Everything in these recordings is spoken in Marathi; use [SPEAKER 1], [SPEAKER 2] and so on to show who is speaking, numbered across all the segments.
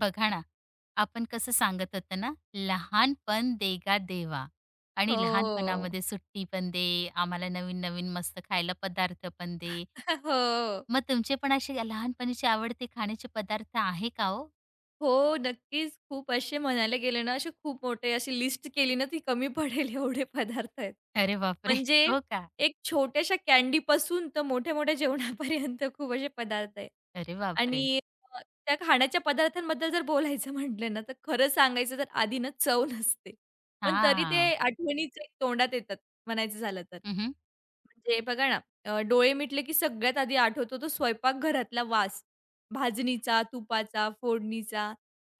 [SPEAKER 1] बघा ना, आपण कसं सांगत होतो ना, लहानपण देगा देवा आणि
[SPEAKER 2] हो.
[SPEAKER 1] लहानपणामध्ये सुट्टी पण दे, आम्हाला नवीन-नवीन मस्त खायला पदार्थ पण दे.
[SPEAKER 2] हो.
[SPEAKER 1] मग तुमचे पण असे लहानपणीचे आवडते खाण्याचे पदार्थ आहे का हो?
[SPEAKER 2] हो, नक्कीच. खूप असे म्हणायला गेले ना, असे खूप मोठे अशी लिस्ट केली ना, ती कमी पडेल एवढे पदार्थ आहेत.
[SPEAKER 1] अरे बापरे!
[SPEAKER 2] म्हणजे
[SPEAKER 1] हो का?
[SPEAKER 2] एक छोट्याशा कॅडीपासून तर मोठ्या-मोठ्या जेवणापर्यंत खूप असे पदार्थ आहेत.
[SPEAKER 1] अरे बापरे!
[SPEAKER 2] आणि अ, त्या खाण्याच्या पदार्थांबद्दल जर बोलायचं म्हटलं ना, तर खरं सांगायचं तर आधी ना चव नसते. पण तरी
[SPEAKER 1] हां.
[SPEAKER 2] ते आठवणीच एक तोंडात येतात म्हणायचं झालं तर.
[SPEAKER 1] हं,
[SPEAKER 2] म्हणजे बघा ना, डोळे मिटले की सगळ्यात आधी आठवतो तो स्वयंपाकघरातला वास. भाजणीचा, तुपाचा, फोडणीचा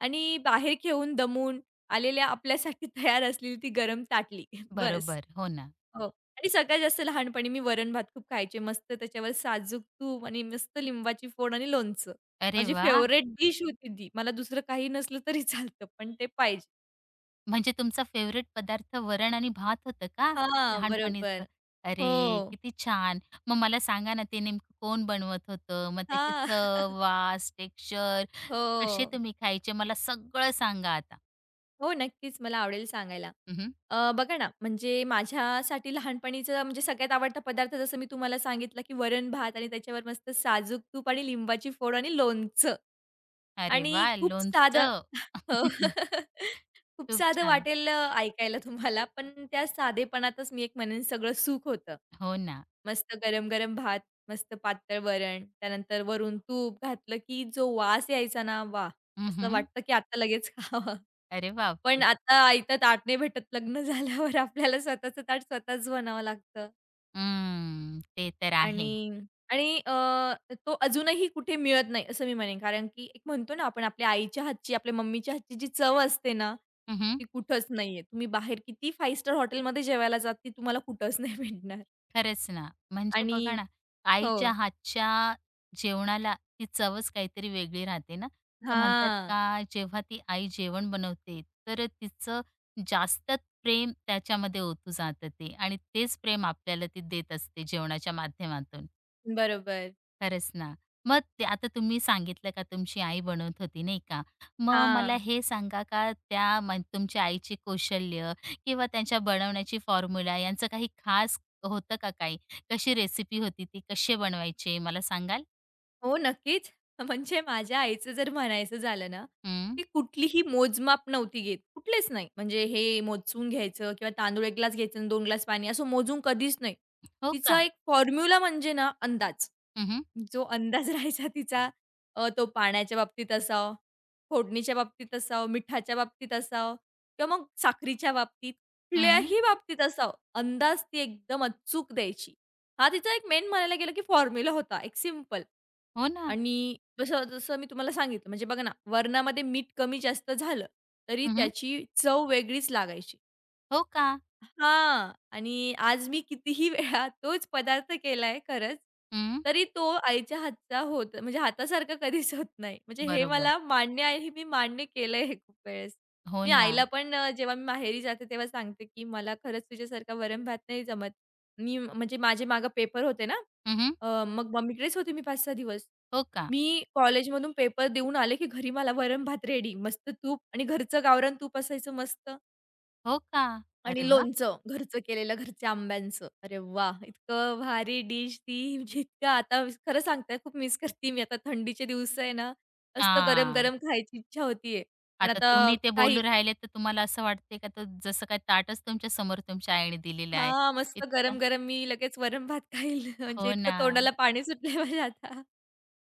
[SPEAKER 2] आणि बाहेर खेळून दमून आलेल्या आपल्यासाठी तयार असलेली ती गरम ताटली. बस.
[SPEAKER 1] बरोबर. हो ना.
[SPEAKER 2] हो आणि सगळ्यात जास्त लहानपणी मी वरण-भात खूप खायचे. मस्त त्याच्यावर साजूक तूप आणि मस्त लिंबाची फोड आणि लोणचं.
[SPEAKER 1] अरे
[SPEAKER 2] माझी
[SPEAKER 1] वाह!
[SPEAKER 2] फेव्हरेट डिश होती ती. मला दुसरं काही नसलं तरी चालतं, पण ते पाहिजे.
[SPEAKER 1] म्हणजे तुमचा फेवरेट पदार्थ वरण आणि भात होतं का
[SPEAKER 2] हां,
[SPEAKER 1] लहानपणीचं?
[SPEAKER 2] बरोबर. हो.
[SPEAKER 1] अरे, किती छान! मग मला सांगा ना, ते नेमकं कोण बनवत होतं? मग त्याची
[SPEAKER 2] हां.
[SPEAKER 1] चव, वास, टेक्स्चर कसे
[SPEAKER 2] हो.
[SPEAKER 1] तुम्ही खायचे? मला सगळं सांगा आता.
[SPEAKER 2] हो, नक्कीच मला आवडेल सांगायला.
[SPEAKER 1] हं,
[SPEAKER 2] बघा ना, म्हणजे माझ्यासाठी लहानपणीचा म्हणजे सगळ्यात आवडता पदार्थ जसं मी तुम्हाला सांगितलं, की वरण-भात आणि त्याच्यावर मस्त साजूक तूप आणि लिंबाची फोड आणि लोणचं.
[SPEAKER 1] अरे वा,
[SPEAKER 2] आणि खूप साधं
[SPEAKER 1] लोणचं.
[SPEAKER 2] हो. खूप
[SPEAKER 1] खूप
[SPEAKER 2] साधं
[SPEAKER 1] छान.
[SPEAKER 2] वाटेल ऐकायला तुम्हाला, पण त्या साधेपणातच मी एक म्हणेन सगळं सुख होतं.
[SPEAKER 1] हो ना.
[SPEAKER 2] मस्त गरम-गरम भात, मस्त पातळ वरण, त्यानंतर वरून तूप घातलं की जो वास यायचा ना, वा, असं
[SPEAKER 1] हं,
[SPEAKER 2] वाटतं की आता लगेच खावं.
[SPEAKER 1] अरे
[SPEAKER 2] पण
[SPEAKER 1] बापरे!
[SPEAKER 2] आता आयतं ताट नाही भेटत लग्न झाल्यावर आपल्याला स्वतःचं ताट स्वतःच बनावं लागतं.
[SPEAKER 1] हं, ते तर आहे.
[SPEAKER 2] आणि आणि अ, तो अजूनही कुठे मिळत नाही असं मी म्हणेन. कारण की एक म्हणतो ना आपण आपल्या आईच्या हातची, आपल्या मम्मीच्या हातची जी चव असते ना, ती कुठंच नाहीये. तुम्ही बाहेर किती 5 स्टार हॉटेलमध्ये जेवायला जात, ती तुम्हाला कुठंच नाही भेटणार.
[SPEAKER 1] खरंच ना. म्हणजे
[SPEAKER 2] आणि
[SPEAKER 1] बघा ना,
[SPEAKER 2] हो.
[SPEAKER 1] आईच्या हातच्या जेवणाला ती चवच काहीतरी वेगळी राहते ना. तर म्हणतात
[SPEAKER 2] हां.
[SPEAKER 1] का जेव्हा ती आई जेवण बनवते, तर तिचं जास्तच प्रेम त्याच्यामध्ये ओतू जातं ते आणि तेच प्रेम आपल्याला ती देत असते जेवणाच्या माध्यमातून.
[SPEAKER 2] बरोबर.
[SPEAKER 1] खरंच ना. मग ते आता तुम्ही सांगितलं का तुमची आई बनवत होती नाही का? मग मला
[SPEAKER 2] हां.
[SPEAKER 1] हे सांगा का त्या म्हण तुमच्या आईची कौशल्य किंवा त्यांच्या बनवण्याची फॉर्म्युला यांचं काही खास होतं का काही? कशी रेसिपी होती ती? कसे बनवायचे मला सांगाल?
[SPEAKER 2] हो, नक्कीच. म्हणजे माझ्या आईचं जर म्हणायचं झालं ना,
[SPEAKER 1] हं.
[SPEAKER 2] ती कुठलीही मोजमाप नव्हती घेत. कुठलेच नाही. म्हणजे हे मोजून घ्यायचं किंवा तांदूळ 1 ग्लास घ्यायचं आणि 2 ग्लास पाणी असं मोजून कधीच नाही.
[SPEAKER 1] हो
[SPEAKER 2] तिचा
[SPEAKER 1] का?
[SPEAKER 2] एक फॉर्म्युला म्हणजे ना अंदाज.
[SPEAKER 1] हं, हं.
[SPEAKER 2] जो अंदाज राहायचा तिचा तो पाण्याच्या बाबतीत असावा, फोडणीच्या बाबतीत असावा, मिठाच्या बाबतीत असावा किंवा मग साखरीच्या बाबतीत, कुठल्याही बाबतीत असावा, अंदाज ती एकदम अचूक द्यायची. हा तिचा एक मेन म्हणायला गेलं, की फॉर्म्युला होता, एक सिंपल.
[SPEAKER 1] हो ना.
[SPEAKER 2] आणि जसं जसं मी तुम्हाला सांगितलं, म्हणजे बघा ना, वरणामध्ये मीठ कमी जास्त झालं, तरी
[SPEAKER 1] हं,
[SPEAKER 2] त्याची चव वेगळीच लागायची.
[SPEAKER 1] हो का?
[SPEAKER 2] हां. आणि आज मी कितीही वेळा तोच पदार्थ केलाय खरंच,
[SPEAKER 1] हं.
[SPEAKER 2] तरी तो आईच्या हातचा होत म्हणजे हातासारखा कधीच होत नाही. म्हणजे हे
[SPEAKER 1] बरोबर.
[SPEAKER 2] मला मान्य आहे, हे मी मान्य केलंय हे खूप वेळेस.
[SPEAKER 1] हो
[SPEAKER 2] मी
[SPEAKER 1] ना.
[SPEAKER 2] आईला पण जेव्हा मी माहेरी जाते तेव्हा सांगते, की "मला खरंच तुझ्यासारखा वरण-भात नाही जमत." मी म्हणजे माझे मागे पेपर होते ना,
[SPEAKER 1] हं,
[SPEAKER 2] मग मम्मीकडेच होते मी 5-6 दिवस.
[SPEAKER 1] हो का?
[SPEAKER 2] मी कॉलेजमधून पेपर देऊन आले, की घरी मला वरण-भात रेडी. मस्त तूप आणि घरचं गावरान तूप असायचं मस्त.
[SPEAKER 1] हो का? अरे
[SPEAKER 2] आणि
[SPEAKER 1] वाह!
[SPEAKER 2] लोणचं घरचं केलेलं, घरच्या आंब्यांचं. अरे वाह! इतकं भारी डिश ती, म्हणजे इतकं आता खरं सांगते खूप मिस करते मी. आता थंडीचे दिवस आहे ना, मस्त
[SPEAKER 1] हां.
[SPEAKER 2] गरम-गरम खायची इच्छा होतीये. पण
[SPEAKER 1] आता
[SPEAKER 2] आता
[SPEAKER 1] तुम्ही ते
[SPEAKER 2] काही
[SPEAKER 1] बोलू राहिले, तर तुम्हाला असं वाटते का, तर जसं काय ताटच तुमच्या समोर तुमच्या आईने दिलेलं आहे.
[SPEAKER 2] हां, मस्त
[SPEAKER 1] इतकं
[SPEAKER 2] गरम-गरम मी लगेच वरण भात खाईल. म्हणजे
[SPEAKER 1] हो ना.
[SPEAKER 2] इतकं तोंडाला पाणी सुटलंय माझ्या आता.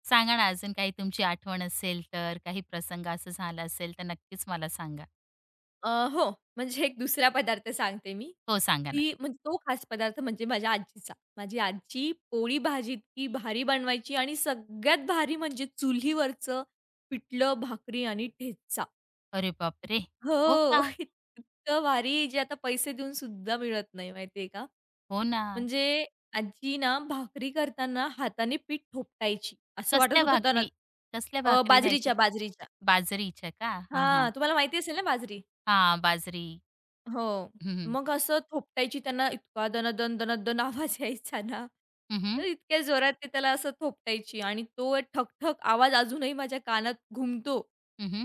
[SPEAKER 1] सांगा ना अजून काही तुमची आठवण असेल तर, काही प्रसंग असं झाला असेल, तर नक्कीच मला सांगा.
[SPEAKER 2] अ, हो. म्हणजे एक दुसरा पदार्थ सांगते मी.
[SPEAKER 1] हो, सांगा ना.
[SPEAKER 2] ती म्हणजे तो खास पदार्थ म्हणजे माझ्या आजीचा. माझी आजी पोळी भाजी इतकी भारी बनवायची आणि सगळ्यात भारी म्हणजे चुलीवरचं पिठलं, भाकरी आणि ठेचा.
[SPEAKER 1] अरे बापरे! हो
[SPEAKER 2] हो.
[SPEAKER 1] का?
[SPEAKER 2] इतकं भारी जे आता पैसे देऊन सुद्धा मिळत नाही माहितीये का?
[SPEAKER 1] हो ना.
[SPEAKER 2] म्हणजे आजी ना भाकरी करताना हाताने पीठ थोपटायची. असं वाटत
[SPEAKER 1] कसल्या
[SPEAKER 2] होतं
[SPEAKER 1] भाकरी? कसल्या भाकरी राहायच्या
[SPEAKER 2] बाजरीच्या,
[SPEAKER 1] त्या?
[SPEAKER 2] बाजरीच्या.
[SPEAKER 1] बाजरीच्या का? हां, हां.
[SPEAKER 2] हां, तुम्हाला माहिती असेल ना बाजरी?
[SPEAKER 1] हां, बाजरी.
[SPEAKER 2] हो.
[SPEAKER 1] हं, हं.
[SPEAKER 2] मग असं थोपटायची त्यांना इतका दणदण, दणदण आवाज यायचा ना,
[SPEAKER 1] हं, हं.
[SPEAKER 2] तर इतक्या जोरात ते त्याला असं थोपटायची आणि तो ठक-ठक आवाज अजूनही माझ्या कानात घुमतो.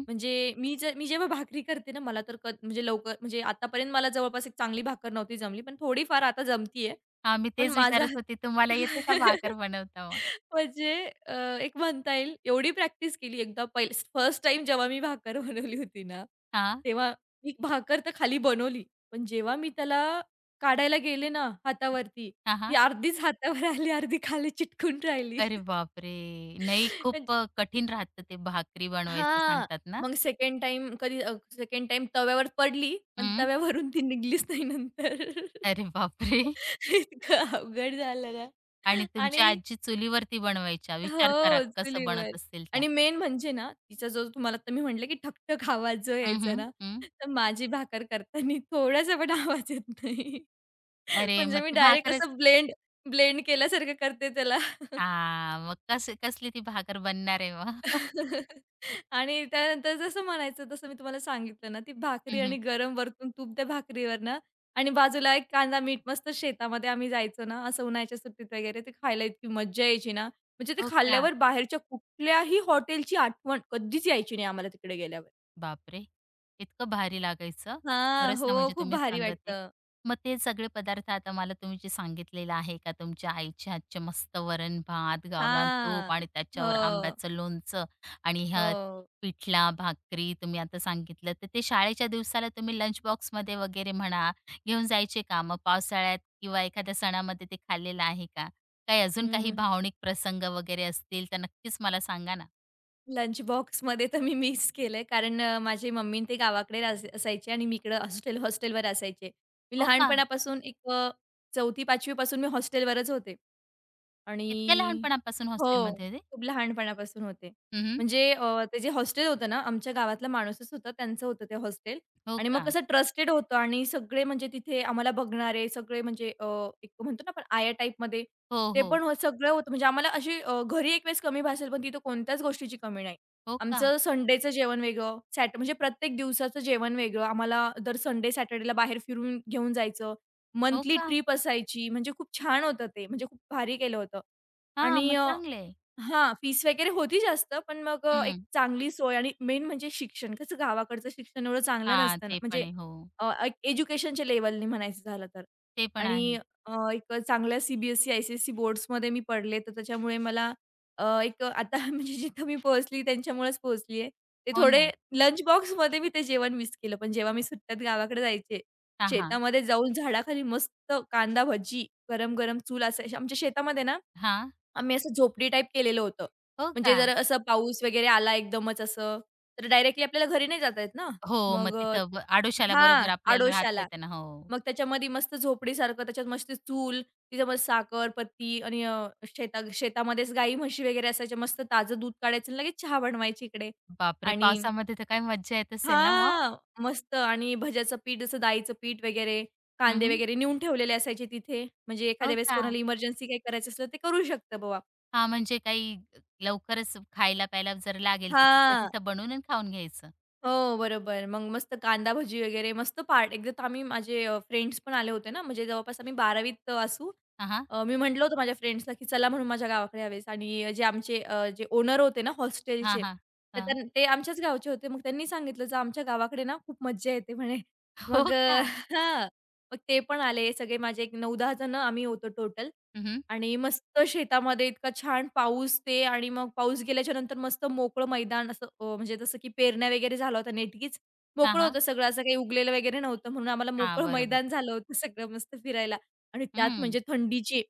[SPEAKER 2] म्हणजे मी जे मी जेव्हा भाकरी करते ना, मला तर म्हणजे लवकर म्हणजे आतापर्यंत मला जवळपास एक चांगली भाकर नव्हती जमली, पण थोडीफार आता जमती आहे.
[SPEAKER 1] मी
[SPEAKER 2] पण
[SPEAKER 1] तेच
[SPEAKER 2] माझा
[SPEAKER 1] विचारत होते, तुम्हाला येते का भाकर बनवता मग?
[SPEAKER 2] म्हणजे अ, एक म्हणता येईल एवढी प्रॅक्टिस केली एकदा पहिले फर्स्ट टाईम जेव्हा मी भाकर बनवली होती ना,
[SPEAKER 1] हां.
[SPEAKER 2] तेव्हा मी भाकर तर खाली बनवली, पण जेव्हा मी त्याला काढायला गेले ना हातावरती,
[SPEAKER 1] हां,
[SPEAKER 2] ती
[SPEAKER 1] हां.
[SPEAKER 2] अर्धीच हातावर आली, अर्धी खाली चिटकून राहिली.
[SPEAKER 1] अरे बापरे! नाही खूप कठीण राहतं ते भाकरी बनवायचं
[SPEAKER 2] हां.
[SPEAKER 1] सांगतात ना?
[SPEAKER 2] मग सेकंड टाईम सेकंड टाईम तव्यावर पडली, पण
[SPEAKER 1] हं.
[SPEAKER 2] तव्यावरून ती निघालीच नाही नंतर.
[SPEAKER 1] अरे बापरे!
[SPEAKER 2] इतकं अवघड झालं ना
[SPEAKER 1] आणि
[SPEAKER 2] आणि
[SPEAKER 1] तुमच्या आजी चुलीवरती बनवायच्या. विचार करा
[SPEAKER 2] हो,
[SPEAKER 1] कसं
[SPEAKER 2] चुलीवर.
[SPEAKER 1] बनवत असतील त्या.
[SPEAKER 2] आणि मेन म्हणजे ना, तिचा जो तुम्हाला आता मी म्हटलं, की ठकठक आवाज जो
[SPEAKER 1] हं,
[SPEAKER 2] यायचा
[SPEAKER 1] हं,
[SPEAKER 2] ना,
[SPEAKER 1] हं.
[SPEAKER 2] तर माझी भाकर करताना थोडासा पण आवाज येत नाही.
[SPEAKER 1] अरे
[SPEAKER 2] म्हणजे
[SPEAKER 1] मग
[SPEAKER 2] मी
[SPEAKER 1] ती
[SPEAKER 2] डायरेक्ट
[SPEAKER 1] भाकरच
[SPEAKER 2] असं ब्लेंड ब्लेंड केल्यासारखं करते त्याला.
[SPEAKER 1] हां, मग कस कसली ती भाकर बनणार आहे मग?
[SPEAKER 2] आणि त्यानंतर जसं म्हणायचं तसं मी तुम्हाला सांगितलं ना, ती भाकरी
[SPEAKER 1] हं, हं.
[SPEAKER 2] आणि गरम वरतून तूप त्या भाकरीवर ना आणि बाजूला एक कांदा, मीठ मस्त शेतामध्ये आम्ही जायचो ना, असं उन्हाळ्याच्या सुट्टीत वगैरे ते खायला इतकी मज्जा यायची ना, म्हणजे ते
[SPEAKER 1] हो का?
[SPEAKER 2] खाल्ल्यावर बाहेरच्या कुठल्याही हॉटेलची आठवण कधीच यायची नाही आम्हाला तिकडे गेल्यावर.
[SPEAKER 1] बापरे! इतकं भारी लागायचं.
[SPEAKER 2] हां.
[SPEAKER 1] खरंच
[SPEAKER 2] हो,
[SPEAKER 1] ना, म्हणजे
[SPEAKER 2] खूप
[SPEAKER 1] तुम्ही
[SPEAKER 2] भारी
[SPEAKER 1] सांगत आहे.
[SPEAKER 2] वाटतं.
[SPEAKER 1] मग ते सगळे पदार्थ आता मला तुम्ही जे सांगितलेलं आहे का तुमच्या आईच्या हातचे मस्त वरण-भात, गावरान
[SPEAKER 2] हां.
[SPEAKER 1] तूप आणि
[SPEAKER 2] हो,
[SPEAKER 1] त्याच्यावर आंब्याचं लोणचं आणि ह्या
[SPEAKER 2] हो.
[SPEAKER 1] पिठला, भाकरी तुम्ही आता सांगितलं. तर ते शाळेच्या दिवसाला तुम्ही लंच बॉक्समध्ये वगैरे म्हणा, घेऊन जायचे का? मग पावसाळ्यात किंवा एखाद्या सणामध्ये ते खाल्लेलं आहे का? काही अजून काही
[SPEAKER 2] हं.
[SPEAKER 1] भावनिक प्रसंग वगैरे असतील तर नक्कीच मला सांगा ना.
[SPEAKER 2] लंच बॉक्समध्ये तर मी मिस केलंय कारण माझी मम्मी अन् ते गावाकडे रास असायचे आणि मी इकडं हॉस्टेलवर असायचे. मी
[SPEAKER 1] हो का?
[SPEAKER 2] लहानपणापासून एक 4थी 5वी पासून मी हॉस्टेलवरच होते.
[SPEAKER 1] इतक्या
[SPEAKER 2] आणि
[SPEAKER 1] लहानपणापासून
[SPEAKER 2] हो,
[SPEAKER 1] हॉस्टेलमध्ये
[SPEAKER 2] खूप लहानपणापासून होते.
[SPEAKER 1] हं,
[SPEAKER 2] म्हणजे ते जे हॉस्टेल होतं ना, आमच्या गावातला माणूसच होता, त्यांचं होतं ते हॉस्टेल
[SPEAKER 1] हो
[SPEAKER 2] आणि मग
[SPEAKER 1] का?
[SPEAKER 2] कसं ट्रस्टेड होतं आणि सगळे म्हणजे तिथे आम्हाला बघणारे सगळे म्हणजे एक म्हणतो ना आपण आया टाइपमध्ये
[SPEAKER 1] हो,
[SPEAKER 2] ते
[SPEAKER 1] हो.
[SPEAKER 2] पण हो सगळं होतं. म्हणजे आम्हाला अशी घरी एक वेळेस कमी भासेल, पण तिथं कोणत्याच गोष्टीची कमी नाही.
[SPEAKER 1] हो का?
[SPEAKER 2] आमचं संडेचं जेवण वेगळं, म्हणजे प्रत्येक दिवसाचं जेवण वेगळं. आम्हाला दर संडे, सॅटर्डेला बाहेर फिरून घेऊन जायचं.
[SPEAKER 1] हो
[SPEAKER 2] मंथली
[SPEAKER 1] का?
[SPEAKER 2] ट्रिप असायची म्हणजे खूप छान होतं ते. म्हणजे खूप भारी केलं होतं
[SPEAKER 1] हां,
[SPEAKER 2] आणि
[SPEAKER 1] मग चांगलं आहे.
[SPEAKER 2] हां, फीस वगैरे होती जास्त, पण मग एक
[SPEAKER 1] हं.
[SPEAKER 2] चांगली सोय आणि मेन म्हणजे शिक्षण. कसं गावाकडचं शिक्षण एवढं चांगलं
[SPEAKER 1] हां,
[SPEAKER 2] नसतं ना,
[SPEAKER 1] ते पण
[SPEAKER 2] म्हणजे
[SPEAKER 1] आहे. हो,
[SPEAKER 2] एक एज्युकेशनच्या लेव्हलनी म्हणायचं झालं तर.
[SPEAKER 1] ते पण
[SPEAKER 2] आणि
[SPEAKER 1] आहे.
[SPEAKER 2] एक चांगल्या सी बी एस बोर्ड्समध्ये मी पडले, तर त्याच्यामुळे मला एक आता म्हणजे जिथं मी पोहोचली त्यांच्यामुळेच पोहोचली आहे. ते
[SPEAKER 1] हो
[SPEAKER 2] थोडे
[SPEAKER 1] ना.
[SPEAKER 2] लंच बॉक्समध्ये मी ते जेवण मिस केलं, पण जेव्हा मी सुट्ट्यात गावाकडे जायचे,
[SPEAKER 1] हां, हां.
[SPEAKER 2] शेतामध्ये जाऊन झाडाखाली मस्त कांदा भजी, गरम-गरम चूल असायची. आमच्या शेतामध्ये ना
[SPEAKER 1] हां.
[SPEAKER 2] आम्ही असं झोपडी टाईप केलेलं होतं.
[SPEAKER 1] हो
[SPEAKER 2] म्हणजे
[SPEAKER 1] का?
[SPEAKER 2] जर असं पाऊस वगैरे आला एकदमच असं, तर डायरेक्टली आपल्याला घरी नाही जाता येत ना.
[SPEAKER 1] हो, मग
[SPEAKER 2] मग अ,
[SPEAKER 1] तिथं ब आडोशाला
[SPEAKER 2] हां,
[SPEAKER 1] बरोबर आपल्याला राहता
[SPEAKER 2] आडोशाला.
[SPEAKER 1] येतं ना. हो.
[SPEAKER 2] मग त्याच्यामध्ये मस्त झोपडीसारखं त्याच्यात मस्त चूल, तिच्यामध्ये साखरपत्ती आणि शेतामध्येच गाई, म्हशी वगैरे असायच्या. मस्त ताजं दूध काढायचं आणि लगेच चहा बनवायची इकडे.
[SPEAKER 1] बापरे!
[SPEAKER 2] आणि
[SPEAKER 1] पावसामध्ये तर काय मज्जा येत असेल ना मग?
[SPEAKER 2] हां, मस्त आणि भज्याचं पीठ, जसं डाळीचं पीठ वगैरे,
[SPEAKER 1] हं,
[SPEAKER 2] कांदे
[SPEAKER 1] हं.
[SPEAKER 2] वगैरे नेऊन ठेवलेले असायचे तिथे. म्हणजे
[SPEAKER 1] हो
[SPEAKER 2] एखाद्या वेळेस
[SPEAKER 1] का?
[SPEAKER 2] कोणाला इमर्जन्सी काही करायचं असलं, ते करू शकतं बुवा.
[SPEAKER 1] हां, म्हणजे काही लवकरच खायला प्यायला जर लागेल तर तिथल्या
[SPEAKER 2] हां.
[SPEAKER 1] तिथं बनवून आणि खाऊन घ्यायचं.
[SPEAKER 2] हो, बरोबर. मग मस्त कांदा भजी वगैरे मस्त पार्ट एकदा आम्ही माझे फ्रेंड्स पण आले होते ना, म्हणजे जवळपास आम्ही 12वीत असू.
[SPEAKER 1] हां, हां.
[SPEAKER 2] मी म्हटलं होतं माझ्या फ्रेंड्सला, की चला म्हणून माझ्या गावाकडे यावेळेस आणि जे आमचे जे ओनर होते ना
[SPEAKER 1] हां,
[SPEAKER 2] हॉस्टेलचे,
[SPEAKER 1] हां.
[SPEAKER 2] तर
[SPEAKER 1] हां.
[SPEAKER 2] ते आमच्याच गावचे होते. मग त्यांनी सांगितलं, "जा आमच्या गावाकडे ना खूप मज्जा येते" म्हणे.
[SPEAKER 1] हो
[SPEAKER 2] मग
[SPEAKER 1] का?
[SPEAKER 2] अ, हां, मग ते पण आले सगळे माझे एक 9-10 जण आम्ही होतो टोटल.
[SPEAKER 1] हं, हं.
[SPEAKER 2] आणि मस्त शेतामध्ये इतका छान पाऊस ते आणि मग पाऊस गेल्याच्या नंतर मस्त मोकळं मैदान म्हणजे जसं की पेरण्या वगैरे झाला होता नेटकीच.
[SPEAKER 1] हां,
[SPEAKER 2] मोकळं
[SPEAKER 1] हां.
[SPEAKER 2] होतं सगळं, असं काही उगलेलं वगैरे नव्हतं म्हणून आम्हाला
[SPEAKER 1] हां,
[SPEAKER 2] मोकळं
[SPEAKER 1] बरोबर.
[SPEAKER 2] मैदान झालं होतं सगळं मस्त फिरायला आणि त्यात
[SPEAKER 1] हं.
[SPEAKER 2] म्हणजे थंडीचे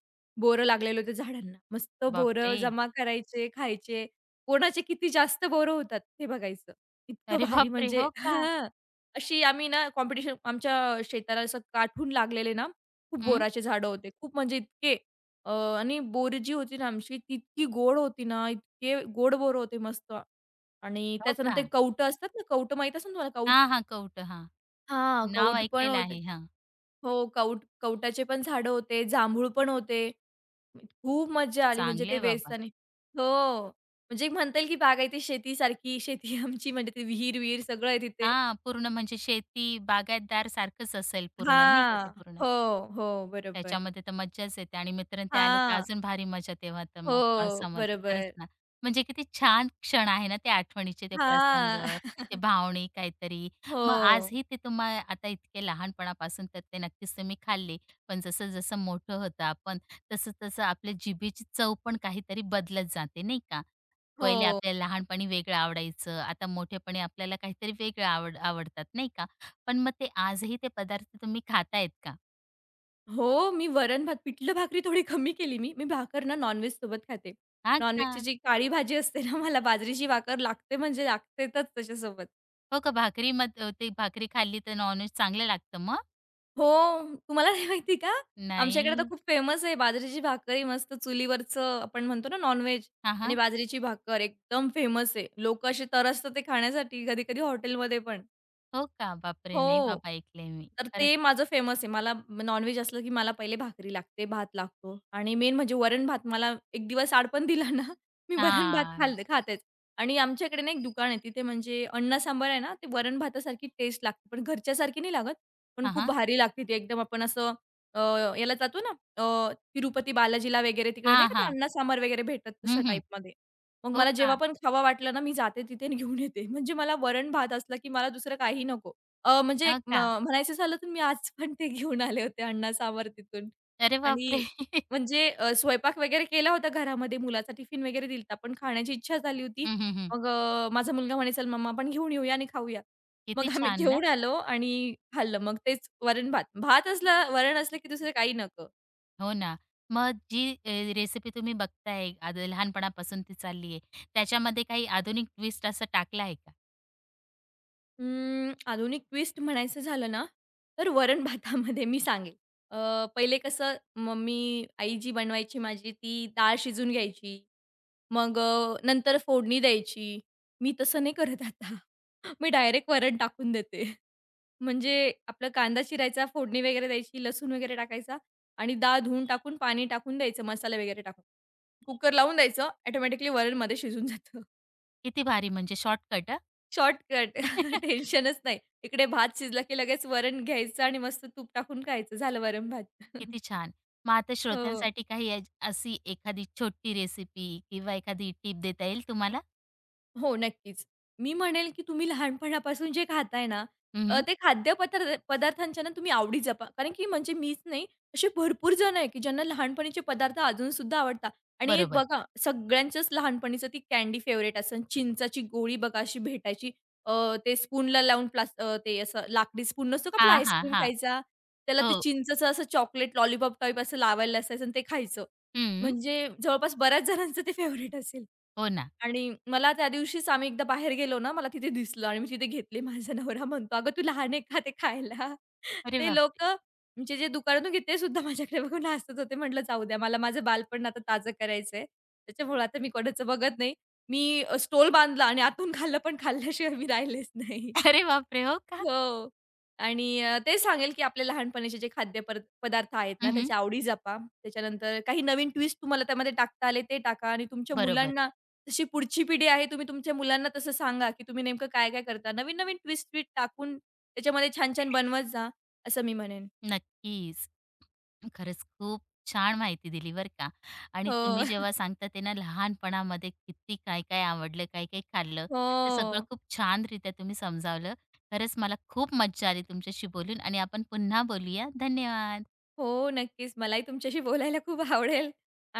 [SPEAKER 2] बोरं लागलेले होते झाडांना. मस्त बोरं
[SPEAKER 1] बापरे!
[SPEAKER 2] जमा करायचे, खायचे. कोणाचे किती जास्त बोरं होतात ते बघायचं. इतकं
[SPEAKER 1] अरे
[SPEAKER 2] भारी
[SPEAKER 1] बापरे!
[SPEAKER 2] म्हणजे
[SPEAKER 1] हो का?
[SPEAKER 2] हां. अशी आम्ही ना कॉम्पिटिशन आमच्या शेताला असं काठून लागलेले ना, खूप
[SPEAKER 1] हं,
[SPEAKER 2] बोराचे झाडं होते. खूप म्हणजे इतके अ, आणि बोर जी होती ना आमची, ती इतकी गोड होती ना, इतके गोड बोर होते मस्त. आणि
[SPEAKER 1] हो का?
[SPEAKER 2] त्याच्यानंतर कवठं असतात ना, कवठं माहीत असेल ना तुम्हाला कौठ?
[SPEAKER 1] हां, हां. कौट, हां.
[SPEAKER 2] हां,
[SPEAKER 1] नाव
[SPEAKER 2] कौठ पण
[SPEAKER 1] ऐकलेलं
[SPEAKER 2] होते.
[SPEAKER 1] आहे. हां,
[SPEAKER 2] हो, कवठाचे पण झाडं होते, जांभूळ पण होते. खूप मज्जा आली म्हणजे
[SPEAKER 1] चांगले
[SPEAKER 2] ते
[SPEAKER 1] आहे बाबा.
[SPEAKER 2] वेचताना. हो, म्हणजे एक म्हणता येईल की बागायती शेतीसारखी शेती आमची म्हणजे ती विहीर-विहीर सगळं आहे तिथे.
[SPEAKER 1] हां, पूर्ण म्हणजे शेती, बागायतदार सारखंच असेल पूर्ण नाही का ते
[SPEAKER 2] हां.
[SPEAKER 1] पूर्ण?
[SPEAKER 2] हो, हो, बरोबर.
[SPEAKER 1] त्याच्यामध्ये तर मज्जाच येते आणि मित्र ते आले तर
[SPEAKER 2] हां.
[SPEAKER 1] अजून भारी मजा तेव्हा तर मग
[SPEAKER 2] हो,
[SPEAKER 1] पावसामध्ये. खरंच
[SPEAKER 2] बरोबर.
[SPEAKER 1] ना. म्हणजे किती छान क्षण आहे ना ते आठवणीचे ते प्रसंग,
[SPEAKER 2] हां.
[SPEAKER 1] ते भावनिक काहीतरी. मग
[SPEAKER 2] हो,
[SPEAKER 1] आजही ते तुम्हा आता इतके लहानपणापासून तर ते नक्कीच तुम्ही खाल्ले. पण जसं-जसं मोठं होतं आपण, तसं-तसं आपल्या जिभेची चव पण काहीतरी बदलत जाते नाही का? पहिले
[SPEAKER 2] हो.
[SPEAKER 1] आपल्याला लहानपणी वेगळं आवडायचं, आता मोठेपणी आपल्याला काहीतरी वेगळं आवड आवडतात नाही का? पण मग ते आजही ते पदार्थ तुम्ही खातायत का?
[SPEAKER 2] हो, मी वरण-भात पिठलं-भाकरी थोडी कमी केली मी. मी भाकर ना नॉन-व्हेजसोबत खाते.
[SPEAKER 1] हां का?
[SPEAKER 2] नॉन-व्हेजची जी काळी भाजी असते ना, मला बाजरीची भाकर लागते म्हणजे लागतेच त्याच्यासोबत.
[SPEAKER 1] हो का? भाकरी मग ते भाकरी खाल्ली तर नॉन चांगलं लागतं मग?
[SPEAKER 2] हो, तुम्हाला नाही माहिती का? आमच्याकडे तर
[SPEAKER 1] नाही.
[SPEAKER 2] खूप फेमस आहे बाजरीची भाकरी मस्त चुलीवरचं आपण म्हणतो ना नॉन
[SPEAKER 1] हां,
[SPEAKER 2] आणि
[SPEAKER 1] हां.
[SPEAKER 2] बाजरीची भाकर एकदम फेमस आहे. लोकं असे तरसतात ते खाण्यासाठी कधी-कधी हॉटेलमध्ये पण.
[SPEAKER 1] हो का? बापरे! नाही
[SPEAKER 2] हो.
[SPEAKER 1] बाबा ऐकलंय मी.
[SPEAKER 2] तर
[SPEAKER 1] खरंच.
[SPEAKER 2] ते माझं फेमस आहे. मला नॉन असलं, की मला पहिले भाकरी लागते, भात लागतो आणि मेन म्हणजे वरण-भात मला एक दिवस आड पण दिला ना, मी वरण-भात खाल
[SPEAKER 1] हां.
[SPEAKER 2] खातेच. आणि आमच्याकडे ना एक दुकान आहे. तिथे म्हणजे अन्न सांबार आहे ना, ते वरण-भातासारखी टेस्ट लागते. पण घरच्यासारखी नाही लागत, पण
[SPEAKER 1] हां,
[SPEAKER 2] खूप
[SPEAKER 1] हां.
[SPEAKER 2] भारी लागते ती एकदम. आपण असं अ, याला जातो ना तिरुपती बालाजीला वगैरे तिकडे नाही
[SPEAKER 1] हां,
[SPEAKER 2] का ते
[SPEAKER 1] हां.
[SPEAKER 2] अन्न सांबार वगैरे भेटतात तशा
[SPEAKER 1] हं, हं.
[SPEAKER 2] टाईपमध्ये. मग
[SPEAKER 1] हो
[SPEAKER 2] मला
[SPEAKER 1] का?
[SPEAKER 2] जेव्हा पण खावं वाटलं ना, मी जाते तिथे आणि घेऊन येते. म्हणजे मला वरण-भात असला, की मला दुसरं काही नको. म्हणजे एक
[SPEAKER 1] हो
[SPEAKER 2] म
[SPEAKER 1] का?
[SPEAKER 2] म्हणायचं झालं तर मी आज पण ते घेऊन आले होते अण्णा सावर तिथून
[SPEAKER 1] अरे
[SPEAKER 2] आणि
[SPEAKER 1] बापरे!
[SPEAKER 2] म्हणजे स्वयंपाक वगैरे केला होता घरामध्ये, मुलाचा टिफिन वगैरे दिलता, पण खाण्याची इच्छा झाली होती.
[SPEAKER 1] हं, हं, हं.
[SPEAKER 2] माझा मुलगा म्हणे, "चल मम्मा आपण घेऊन येऊया आणि खाऊया." मग
[SPEAKER 1] किती
[SPEAKER 2] आम्ही
[SPEAKER 1] छान ना?
[SPEAKER 2] घेऊन आलो आणि खाल्लं. मग तेच वरण-भात. भात भात असला वरण असलं की दुसरं काही नको.
[SPEAKER 1] हो ना. मग जी रेसिपी तुम्ही बघताय, आद लहानपणापासून ती चालली आहे, त्याच्यामध्ये काही आधुनिक ट्विस्ट असं टाकला आहे का?
[SPEAKER 2] अं, आधुनिक ट्विस्ट म्हणायचं झालं ना, तर वरण-भातामध्ये मी सांगेल. पहिले कसं आई जी बनवायची माझी ती डाळ शिजून घ्यायची. नंतर फोडणी द्यायची. मी तसं नाही करत आता. मी डायरेक्ट वरण टाकून देते. म्हणजे आपला कांदा चिरायचा, फोडणी वगैरे द्यायची, लसूण वगैरे टाकायचा आणि डाळ धुवून टाकून, पाणी टाकून द्यायचं, मसाले वगैरे टाकून. कुकर लावून द्यायचं, ऑटोमॅटिकली वरणमध्ये शिजून जातं.
[SPEAKER 1] किती भारी म्हणजे शॉर्टकट
[SPEAKER 2] शॉर्टकट
[SPEAKER 1] अ.
[SPEAKER 2] टेन्शनच नाही. इकडे भात शिजला की लगेच वरण घ्यायचं आणि मस्त तूप टाकून खायचं. झालं वरण भात.
[SPEAKER 1] किती छान. मग आता
[SPEAKER 2] हो.
[SPEAKER 1] श्रोत्यांसाठी काही अज अशी एखादी छोटी रेसिपी किंवा एखादी टीप देता येईल तुम्हाला?
[SPEAKER 2] हो, नक्कीच. मी म्हणेल, की तुम्ही लहानपणापासून जे खाताय ना,
[SPEAKER 1] हं,
[SPEAKER 2] ते पदार्थांच्या ना तुम्ही आवडी जपा. कारण की म्हणजे मीच नाही, असे भरपूर जण आहे, की ज्यांना लहानपणीचे पदार्थ अजूनसुद्धा आवडतात. आणि एक
[SPEAKER 1] बरोबर.
[SPEAKER 2] बघा, सगळ्यांच्याच लहानपणीचं ती कँडी फेव्हरेट असेल. चिंचाची गोळी बघा अशी भेटायची. ते स्पूनला लावून ते असं लाकडी स्पून नसतो का आपला
[SPEAKER 1] हां, हा,
[SPEAKER 2] आईस्क्रीम
[SPEAKER 1] हां.
[SPEAKER 2] खायचा. त्याला
[SPEAKER 1] हो.
[SPEAKER 2] ते चिंचचं असं चॉकलेट लॉलीपॉप टाइप असं लावायला असायचं आणि ते खायचं.
[SPEAKER 1] हं.
[SPEAKER 2] म्हणजे जवळपास बऱ्याच जणांचं ते फेव्हरेट असेल.
[SPEAKER 1] हो ना.
[SPEAKER 2] आणि मला त्या दिवशीच आम्ही एकदा बाहेर गेलो ना, मला तिथे दिसलं आणि मी तिथे घेतली. माझा नवरा म्हणतो, "अगं, तू लहान आहे का ते खायला?"
[SPEAKER 1] अरे
[SPEAKER 2] ते
[SPEAKER 1] बापरे!
[SPEAKER 2] लोकं म्हणजे जे दुकानातून घेते सुद्धा माझ्याकडे बघून हसत होते. म्हटलं, "जाऊ द्या, मला माझं बालपण आता ताजं करायचंय. त्याच्यामुळे आता मी कोणाचं बघत नाही." मी स्टॉल बांधला आणि आतून खाल्लं, पण खाल्ल्याशिवाय मी राहिलेच नाही.
[SPEAKER 1] अरे बापरे! हो का?
[SPEAKER 2] हो. आणि ते सांगेल, की आपले लहानपणीचे जे खाद्य पर पदार्थ आहेत ना,
[SPEAKER 1] हं,
[SPEAKER 2] त्याच्या आवडी जपा. त्याच्यानंतर काही नवीन ट्विस्ट तुम्हाला त्यामध्ये टाकता आले ते टाका आणि तुमच्या
[SPEAKER 1] बरोबर.
[SPEAKER 2] मुलांना जशी पुढची पिढी आहे, तुम्ही तुमच्या मुलांना तसं सांगा, की तुम्ही नेमकं काय-काय करता. नवीन-नवीन ट्विस्ट-ट्विस्ट टाकून त्याच्यामध्ये छान-छान बनवत जा, असं मी म्हणेन.
[SPEAKER 1] नक्कीच. खरंच खूप छान माहिती दिली बरं का आणि तुम्ही
[SPEAKER 2] हो.
[SPEAKER 1] जेव्हा सांगता ते ना लहानपणामध्ये किती काय काय आवडलं, काय काय खाल्लं, ते सगळं
[SPEAKER 2] हो.
[SPEAKER 1] खूप छानरीत्या तुम्ही समजावलं. खरंच मला खूप मज्जा आली तुमच्याशी बोलून आणि आपण पुन्हा बोलूया. धन्यवाद.
[SPEAKER 2] हो, नक्कीच. मलाही तुमच्याशी बोलायला खूप आवडेल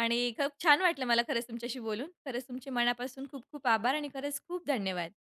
[SPEAKER 2] आणि खूप छान वाटलं मला खरंच तुमच्याशी बोलून. खरंच तुमचे मनापासून खूप-खूप आभार आणि खरंच खूप धन्यवाद.